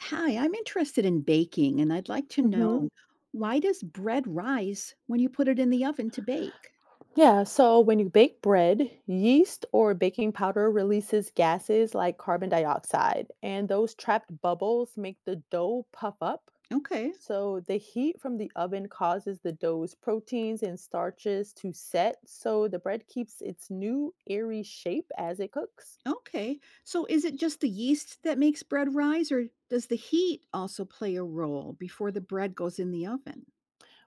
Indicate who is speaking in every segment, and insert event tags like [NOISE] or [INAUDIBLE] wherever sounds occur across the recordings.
Speaker 1: Hi, I'm interested in baking and I'd like to
Speaker 2: hmm
Speaker 1: know why does bread rise when you put it in the oven to bake?
Speaker 2: Yeah, so when you bake bread, yeast or baking powder releases gases like carbon dioxide, and those trapped bubbles make the dough puff up.
Speaker 1: Okay,
Speaker 2: So the heat from the oven causes the dough's proteins and starches to set, so the bread keeps its new airy shape as it cooks.
Speaker 1: okay. So is it just the yeast that makes bread rise or does the heat also play a role before the bread goes in the oven?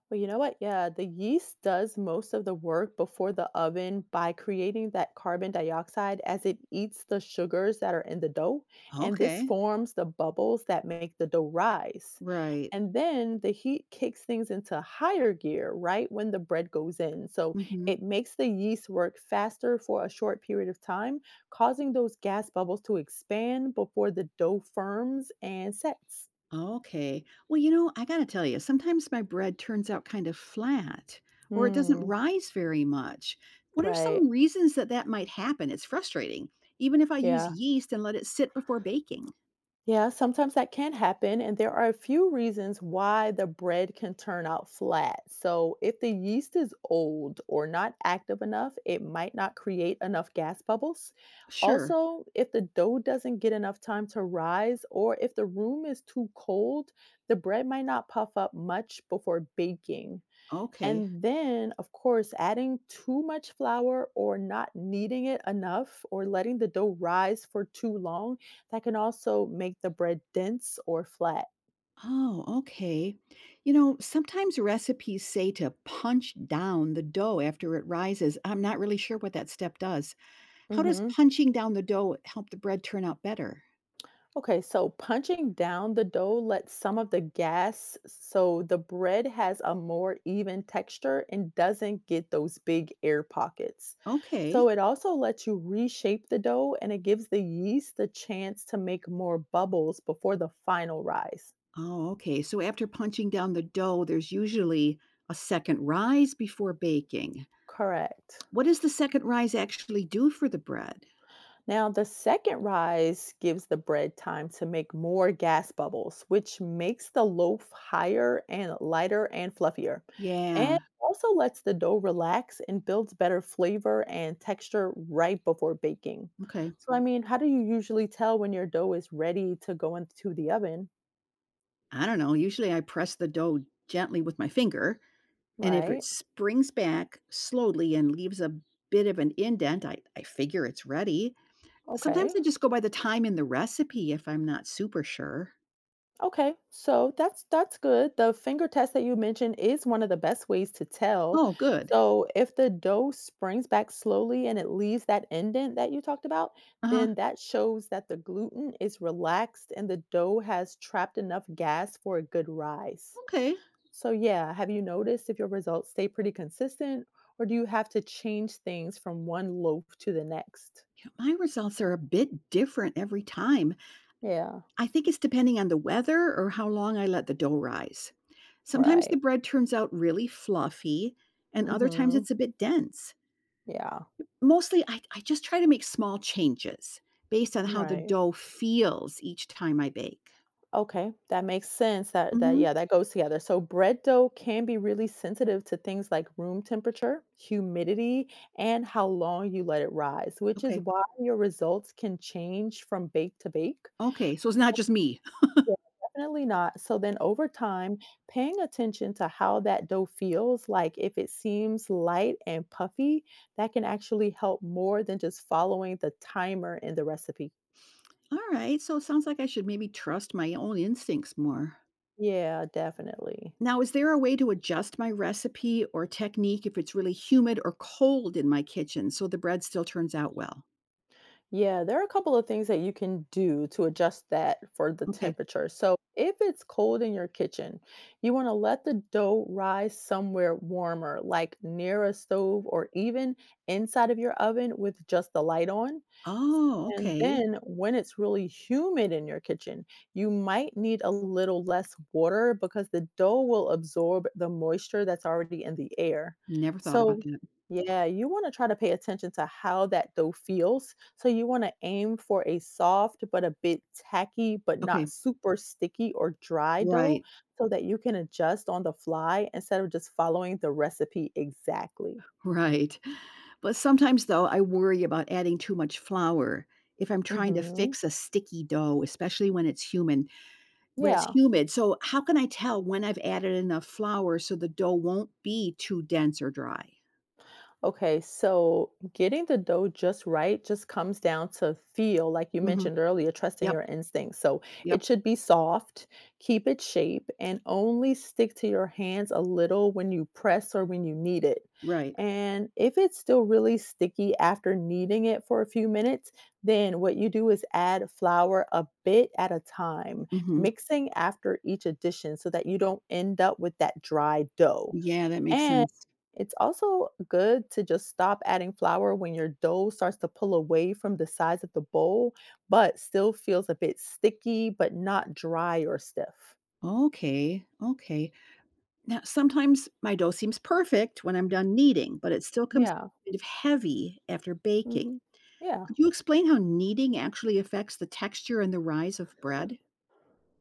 Speaker 2: Well, you know what? Yeah, the yeast does most of the work before the oven by creating that carbon dioxide as it eats the sugars that are in the dough. And this
Speaker 1: Okay,
Speaker 2: forms the bubbles that make the dough rise.
Speaker 1: right.
Speaker 2: And then the heat kicks things into higher gear right when the bread goes in. So
Speaker 1: Mm-hmm.
Speaker 2: it makes the yeast work faster for a short period of time, causing those gas bubbles to expand before the dough firms and sets.
Speaker 1: Okay. Well, you know, I got to tell you, sometimes my bread turns out kind of flat or it doesn't
Speaker 2: Hmm,
Speaker 1: rise very much. What are
Speaker 2: right.
Speaker 1: some reasons that that might happen? It's frustrating, even if I use
Speaker 2: Yeah.
Speaker 1: yeast and let it sit before baking.
Speaker 2: Yeah, sometimes that can happen, and there are a few reasons why the bread can turn out flat. So, if the yeast is old or not active enough, it might not create enough gas bubbles.
Speaker 1: Sure.
Speaker 2: Also, if the dough doesn't get enough time to rise, or if the room is too cold, the bread might not puff up much before baking.
Speaker 1: Okay.
Speaker 2: And then, of course, adding too much flour or not kneading it enough or letting the dough rise for too long, that can also make the bread dense or flat.
Speaker 1: Oh, okay. You know, sometimes recipes say to punch down the dough after it rises. I'm not really sure what that step does. How does
Speaker 2: hmm
Speaker 1: punching down the dough help the bread turn out better?
Speaker 2: Okay, so punching down the dough lets some of the gas so the bread has a more even texture and doesn't get those big air pockets.
Speaker 1: Okay.
Speaker 2: So it also lets you reshape the dough and it gives the yeast the chance to make more bubbles before the final rise.
Speaker 1: Oh, okay. So after punching down the dough, there's usually a second rise before baking.
Speaker 2: Correct.
Speaker 1: What does the second rise actually do for the bread?
Speaker 2: Now, the second rise gives the bread time to make more gas bubbles, which makes the loaf higher and lighter and fluffier.
Speaker 1: Yeah.
Speaker 2: And also lets the dough relax and builds better flavor and texture right before baking.
Speaker 1: Okay.
Speaker 2: So, I mean, how do you usually tell when your dough is ready to go into the oven?
Speaker 1: I don't know. Usually I press the dough gently with my finger, and if it
Speaker 2: Right.
Speaker 1: springs back slowly and leaves a bit of an indent, I figure it's ready. Sometimes
Speaker 2: Okay.
Speaker 1: I just go by the time in the recipe if I'm not super sure.
Speaker 2: Okay, so that's good. The finger test that you mentioned is one of the best ways to tell.
Speaker 1: Oh, good.
Speaker 2: So if the dough springs back slowly and it leaves that indent that you talked about,
Speaker 1: Uh huh.
Speaker 2: then that shows that the gluten is relaxed and the dough has trapped enough gas for a good rise.
Speaker 1: Okay. You
Speaker 2: So yeah, have you noticed if your results stay pretty consistent or do you have to change things from one loaf to the next?
Speaker 1: know, my results are a bit different every time.
Speaker 2: Yeah,
Speaker 1: I think it's depending on the weather or how long I let the dough rise. Sometimes the
Speaker 2: right.
Speaker 1: bread turns out really fluffy, and other times
Speaker 2: Mhm.
Speaker 1: it's a bit dense.
Speaker 2: Yeah,
Speaker 1: Mostly, I just try to make small changes based on how the
Speaker 2: right.
Speaker 1: dough feels each time I bake.
Speaker 2: Okay, that makes sense. That
Speaker 1: hmm
Speaker 2: yeah, that goes together. So bread dough can be really sensitive to things like room temperature, humidity, and how long you let it rise, which is
Speaker 1: Okay.
Speaker 2: why your results can change from bake to bake.
Speaker 1: Okay. So it's not just me.
Speaker 2: Yeah, definitely not. So then over time, paying attention to how that dough feels, like if it seems light and puffy, that can actually help more than just following the timer in the recipe.
Speaker 1: All right. So it sounds like I should maybe trust my own instincts more.
Speaker 2: Yeah, definitely.
Speaker 1: Now, is there a way to adjust my recipe or technique if it's really humid or cold in my kitchen so the bread still turns out well?
Speaker 2: Yeah, there are a couple of things that you can do to adjust that for the
Speaker 1: Okay.
Speaker 2: temperature. So, if it's cold in your kitchen, you want to let the dough rise somewhere warmer, like near a stove or even inside of your oven with just the light on. S-
Speaker 1: Oh,
Speaker 2: And
Speaker 1: okay.
Speaker 2: then, when it's really humid in your kitchen, you might need a little less water because the dough will absorb the moisture that's already in the air.
Speaker 1: Never thought about
Speaker 2: So,
Speaker 1: that.
Speaker 2: yeah, you want to try to pay attention to how that dough feels. So you want to aim for a soft but a bit tacky, but not
Speaker 1: Okay.
Speaker 2: super sticky or dry dough
Speaker 1: Right. [LAUGHS]
Speaker 2: so that you can adjust on the fly instead of just following the recipe exactly.
Speaker 1: Right. But sometimes, though, I worry about adding too much flour if I'm trying to
Speaker 2: Mhm.
Speaker 1: fix a sticky dough, especially when it's humid. When it's
Speaker 2: Yeah.
Speaker 1: humid. So, how can I tell when I've added enough flour so the dough won't be too dense or dry?
Speaker 2: Okay, so getting the dough just right just comes down to feel, like you
Speaker 1: hmm
Speaker 2: mentioned earlier, trusting
Speaker 1: Yep.
Speaker 2: your instincts. So it
Speaker 1: Yep.
Speaker 2: should be soft, keep its shape, and only stick to your hands a little when you press or when you knead it.
Speaker 1: Right.
Speaker 2: And if it's still really sticky after kneading it for a few minutes, then what you do is add flour a bit at a time,
Speaker 1: hmm
Speaker 2: mixing after each addition so that you don't end up with that dry dough.
Speaker 1: Yeah, that makes
Speaker 2: And
Speaker 1: sense.
Speaker 2: it's also good to just stop adding flour when your dough starts to pull away from the sides of the bowl, but still feels a bit sticky, but not dry or stiff.
Speaker 1: Okay. Okay. Now, sometimes my dough seems perfect when I'm done kneading, but it still comes
Speaker 2: Yeah.
Speaker 1: kind of heavy after baking.
Speaker 2: Hmm. Yeah.
Speaker 1: Could you explain how kneading actually affects the texture and the rise of bread?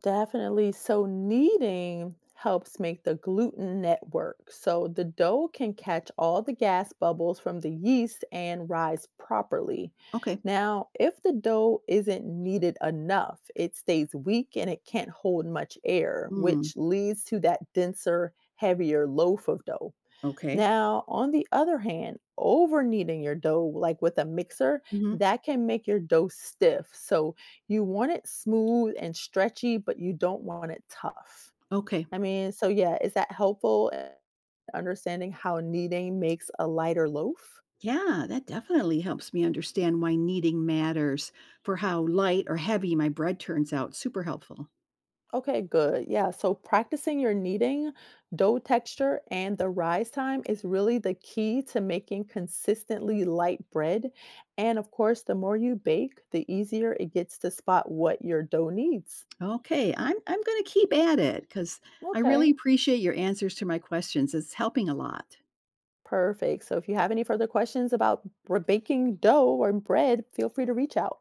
Speaker 2: Definitely. So, kneading helps make the gluten network. So, the dough can catch all the gas bubbles from the yeast and rise properly.
Speaker 1: Okay.
Speaker 2: Now, if the dough isn't kneaded enough, it stays weak and it can't hold much air,
Speaker 1: Mm,
Speaker 2: which leads to that denser, heavier loaf of dough.
Speaker 1: okay.
Speaker 2: Now, on the other hand, over kneading your dough, like with a mixer,
Speaker 1: hmm
Speaker 2: that can make your dough stiff. So you want it smooth and stretchy, but you don't want it tough.
Speaker 1: Okay.
Speaker 2: I mean, so yeah, is that helpful in understanding how kneading makes a lighter loaf?
Speaker 1: Yeah, that definitely helps me understand why kneading matters for how light or heavy my bread turns out. Super helpful.
Speaker 2: Okay, good. Yeah. So practicing your kneading, dough texture, and the rise time is really the key to making consistently light bread. And of course, the more you bake, the easier it gets to spot what your dough needs.
Speaker 1: Okay, I'm going to keep at it because I really
Speaker 2: Okay,
Speaker 1: appreciate your answers to my questions. It's helping a lot.
Speaker 2: perfect. So if you have any further questions about baking dough or bread, feel free to reach out.